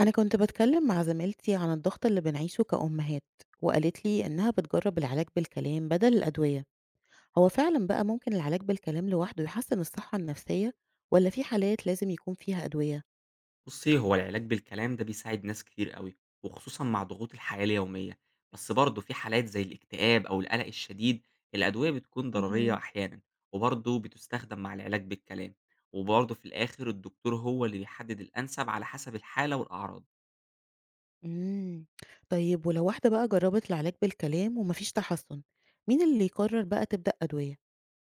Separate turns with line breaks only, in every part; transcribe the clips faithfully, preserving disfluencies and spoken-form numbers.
أنا كنت بتكلم مع زميلتي عن الضغط اللي بنعيشه كأمهات، وقالت لي إنها بتجرب العلاج بالكلام بدل الأدوية. هو فعلا بقى ممكن العلاج بالكلام لوحده يحسن الصحة النفسية ولا في حالات لازم يكون فيها أدوية؟
بُصّي، هو العلاج بالكلام ده بيساعد ناس كتير أوي، وخصوصًا مع ضغوط الحياة اليومية، بس برضه في حالات زي الاكتئاب أو القلق الشديد الأدوية بتكون ضررية
مهم.
أحيانًا، وبرضه بتستخدم مع العلاج بالكلام، وبرضه في الآخر الدكتور هو اللي بيحدد الأنسب على حسب الحالة والأعراض.
مم. طيب ولو واحدة بقى جربت العلاج بالكلام ومفيش تحسن، مين اللي يقرر بقى تبدأ أدوية؟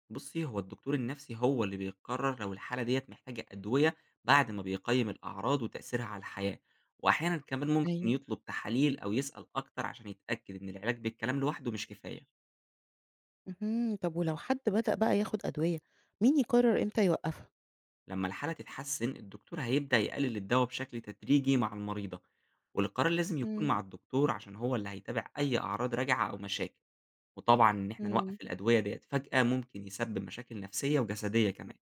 بُصّي، هو الدكتور النفسي هو اللي بيقرر لو الحالة ديّة محتاجة أدوية بعد ما بيقيم الأعراض وتأثيرها على الحياة، وأحيانًا كمان ممكن
ايوه.
يطلب تحاليل أو يسأل أكتر عشان يتأكد إن العلاج بالكلام لوحده مش كفاية.
مم. طب ولو حد بدأ بقى ياخد أدوية، مين يقرر إمتى يوقفها؟
لما الحالة تتحسن الدكتور هيبدأ يقلل الدواء بشكل تدريجي مع المريضة، والقرار لازم يكون
مم.
مع الدكتور عشان هو اللي هيتابع أي أعراض راجعة أو مشاكل. وطبعا إن إحنا
مم.
نوقف الأدوية ديت فجأة ممكن يسبب مشاكل نفسية وجسدية كمان.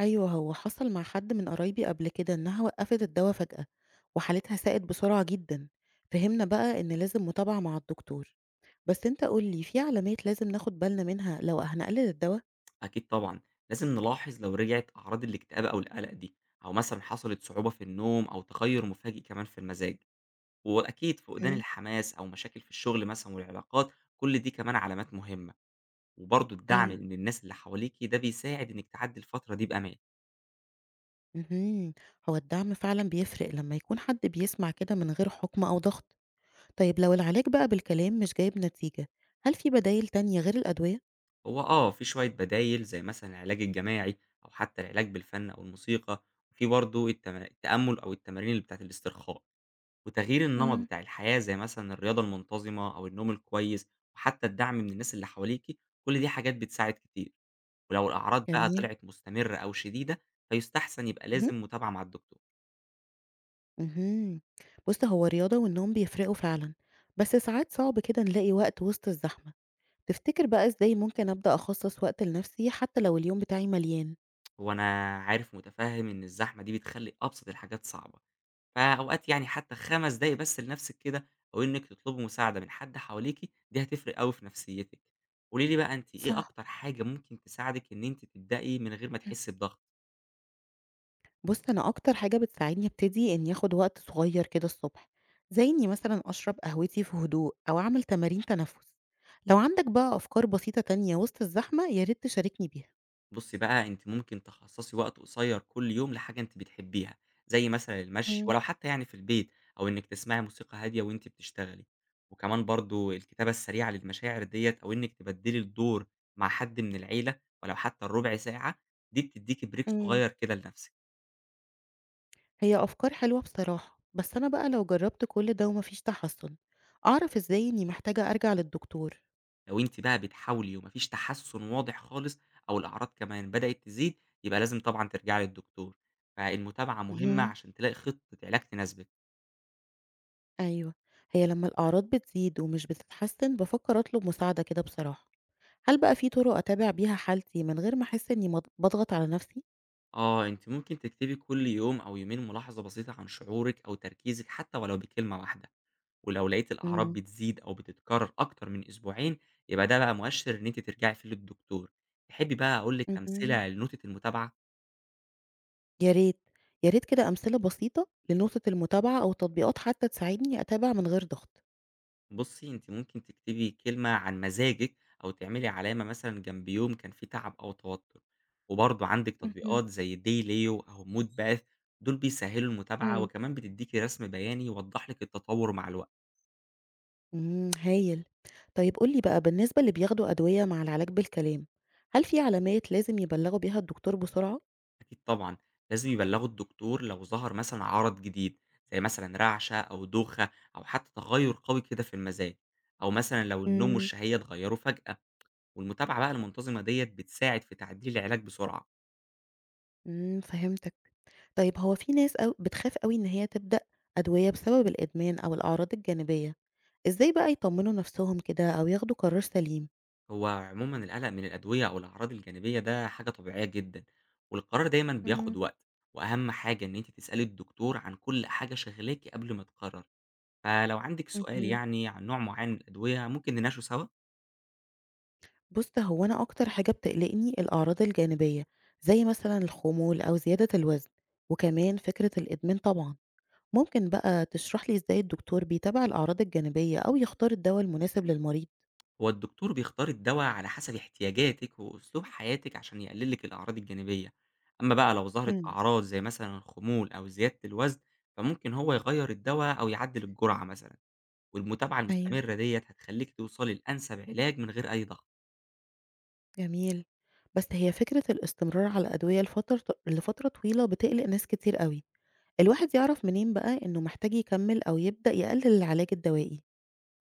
أيوه، هو حصل مع حد من قرايبي قبل كده إنها وقّفت الدوا فجأة، وحالتها ساءت بسرعة جدًا، فهمنا بقى إن لازم متابعة مع الدكتور، بس أنت قُل لي في علامات لازم ناخد بالنا منها لو هنقلل الدوا؟
أكيد طبعا، لازم نلاحظ لو رجعت أعراض الاكتئاب أو القلق دي، أو مثلا حصلت صعوبة في النوم أو تغير مفاجئ كمان في المزاج، وأكيد فقدان
إمم.
الحماس أو مشاكل في الشغل مثلا والعلاقات، كل دي كمان علامات مهمة. وبرضه الدعم
أيوه.
من الناس اللي حواليكِ ده بيساعد إنِّك تعدّي الفترة دي بأمان.
اهم، هو الدعم فعلًا بيفرق لمّا يكون حد بيسمع كده من غير حكم أو ضغط. طيب لو العلاج بقى بالكلام مش جايب نتيجة، هل في بدايل تانية غير الأدوية؟
هو آه، في شوية بدايل زي مثلًا العلاج الجماعي أو حتى العلاج بالفن أو الموسيقى، وفي برضه التم التأمُّل أو التمارين اللي بتاعة الاسترخاء، وتغيير النمط
إمم.
بتاع الحياة زي مثلًا الرياضة المنتظمة أو النوم الكويس، وحتى الدعم من الناس اللي حواليكِ، كل دي حاجات بتساعد كتير. ولو الأعراض بقى
جميل.
طلعت مستمرة أو شديدة، فيُستحسن يبقى لازم متابعة مع الدكتور.
اهم. بُص، هو الرياضة والنوم بيفرقوا فعلًا، بس ساعات صعب كده نلاقي وقت وسط الزحمة، تفتكر بقى إزاي ممكن أبدأ أخصص وقت لنفسي حتى لو اليوم بتاعي مليان؟
هو أنا عارف ومتفهِّم إن الزحمة دي بتخلّي أبسط الحاجات صعبة. فأوقات يعني حتى خمس دقايق بس لنفسِك كده، أو إنِّك تطلبي مساعدة من حد حواليكِ، دي هتفرق أوي في نفسيتِك. قولي لي بقى أنتِ إيه
صح.
أكتر حاجة ممكن تساعدِك إن أنتِ تبدئي من غير ما تحسّي بضغط؟
بُص، أنا أكتر حاجة بتساعدني أبتدي إني آخد وقت صغير كده الصبح، زي إني مثلًا أشرب قهوتي في هدوء أو أعمل تمارين تنفس. لو عندك بقى أفكار بسيطة تانية وسط الزحمة، يا ريت تشاركني بيها.
بُصّي بقى، أنتِ ممكن تخصّصي وقت قصير كل يوم لحاجة أنتِ بتحبيها، زي مثلًا المشي
إمم،
ولو حتى يعني في البيت، أو إنِّك تسمعي موسيقى هادية وأنتِ بتشتغلي. وكمان برضه الكتابة السريعة للمشاعر ديّة، أو إنِّك تبدّلي الدور مع حد من العيلة ولو حتى الربع ساعة، دي بتدّيكِ break
إمم.
صغير كده لنفسِك.
هي أفكار حلوة بصراحة، بس أنا بقى لو جربت كل ده ومفيش تحسن أعرف إزاي إني محتاجة أرجع للدكتور.
لو أنتِ بقى بتحاولي وما فيش تحسُّن واضح خالص أو الأعراض كمان بدأت تزيد، يبقى لازم طبعًا ترجعي للدكتور. فالمتابعة مهمة
مهم.
عشان تلاقي خطة علاج تناسبِك.
أيوة. هي لما الأعراض بتزيد ومش بتتحسن بفكر أطلب مساعدة كده بصراحة، هل بقى في طرق أتابع بيها حالتي من غير ما أحس إني مض- بضغط على نفسي؟
آه، أنتِ ممكن تكتبي كل يوم أو يومين ملاحظة بسيطة عن شعورِك أو تركيزِك حتى ولو بكلمة واحدة، ولو لقيتِ الأعراض
مم.
بتزيد أو بتتكرر أكتر من أسبوعين، يبقى ده بقى مؤشِّر إن أنتِ ترجعي فيه للدكتور. تحبي بقى أقول لِك
مهم.
أمثلة لنوتة المتابعة؟
يا ريت، يا ريت كده أمثلة بسيطة لنقطة المتابعة أو تطبيقات حتى تساعدني أتابع من غير ضغط.
بُصّي، أنتِ ممكن تكتبي كلمة عن مزاجِك، أو تعملي علامة مثلًا جنب يوم كان فيه تعب أو توتر، وبرضه عندِك
مهم.
تطبيقات زي دايليو أو مود باث، دول بيسهّلوا المتابعة،
مم.
وكمان بتدّيكِ رسم بياني يوضّح لِك التطور مع الوقت.
إمم، هايل. طيب قُل لي بقى بالنسبة اللي بياخدوا أدوية مع العلاج بالكلام، هل في علامات لازم يبلّغوا بيها الدكتور بسرعة؟
أكيد طبعًا، لازم يبلّغوا الدكتور لو ظهر مثلًا عَرَض جديد، زي مثلًا رعشة أو دوخة أو حتى تغيُّر قوي كده في المزاج، أو مثلًا لو النوم
إمم.
والشهية اتغيّروا فجأة، والمتابعة بقى المنتظمة ديّة بتساعد في تعديل العلاج بسرعة.
إمم، فهمتك. طيب هو في ناس أو بتخاف أوي إن هي تبدأ أدوية بسبب الإدمان أو الأعراض الجانبية، إزاي بقى يطمنوا نفسهم كده أو ياخدوا قرار سليم؟
هو عمومًا القلق من الأدوية أو الأعراض الجانبية ده حاجة طبيعية جدًا، والقرار دايمًا بياخد
إمم.
وقت، وأهم حاجة إن أنتِ تسألي الدكتور عن كل حاجة شاغلاكِ قبل ما تقرري، فلو عندِك سؤال
اهم.
يعني عن نوع معين من الأدوية ممكن نناقشه سوا،
بُص، هو أنا أكتر حاجة بتقلقني الأعراض الجانبية، زي مثلًا الخمول أو زيادة الوزن، وكمان فكرة الإدمان طبعًا. ممكن بقى تشرح لي إزاي الدكتور بيتابع الأعراض الجانبية أو يختار الدواء المناسب للمريض؟
هو الدكتور بيختار الدوا على حسب احتياجاتِك وأسلوب حياتِك عشان يقلل لِك الأعراض الجانبية، أمّا بقى لو ظهرت
امم
أعراض زي مثلًا الخمول أو زيادة الوزن، فممكن هو يغيّر الدوا أو يعدّل الجرعة مثلًا، والمتابعة
ايوه.
المستمرة ديّة هتخلّيكِ توصلي لأنسب علاج من غير أي ضغط.
جميل. بس هي فكرة الاستمرار على الأدوية لفترة لفترة طويلة بتقلق ناس كتير قوي. الواحد يعرف منين بقى إنه محتاج يكمل أو يبدأ يقلل العلاج الدوائي.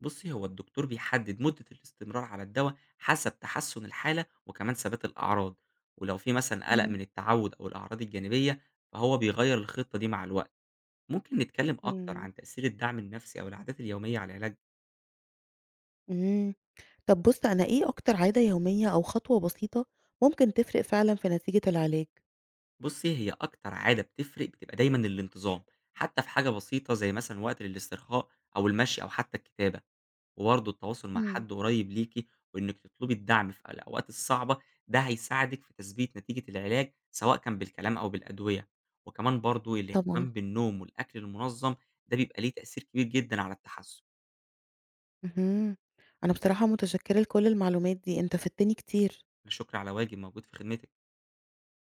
بُصّي، هو الدكتور بيحدد مدة الاستمرار على الدوا حسب تحسُّن الحالة وكمان ثبات الأعراض، ولو في مثلًا قلق
امم.
من التعوّد أو الأعراض الجانبية، فهو بيغيّر الخطة دي مع الوقت. ممكن نتكلّم أكتر
امم.
عن تأثير الدعم النفسي أو العادات اليومية على العلاج؟
مم. طب بص، أنا إيه أكتر عادة يومية أو خطوة بسيطة ممكن تفرق فعلا في نتيجة العلاج؟
بُصّي، هي أكتر عادة بتفرق بتبقى دايمًا الانتظام، حتى في حاجة بسيطة زي مثلًا وقت للاسترخاء أو المشي أو حتى الكتابة. وبرضه التواصل مع
أمم،
حد قريب ليكِ، وإنِّك تطلبي الدعم في الأوقات الصعبة، ده هيساعدِك في تثبيت نتيجة العلاج سواء كان بالكلام أو بالأدوية، وكمان برضه
طبعا.
الاهتمام بالنوم والأكل المنظم، ده بيبقى ليه تأثير كبير جدًا على التحسن.
مهم. أنا بصراحة متشكرة لكل المعلومات دي، أنت فدتني كتير.
لا شكر على واجب، موجود في خدمتِك.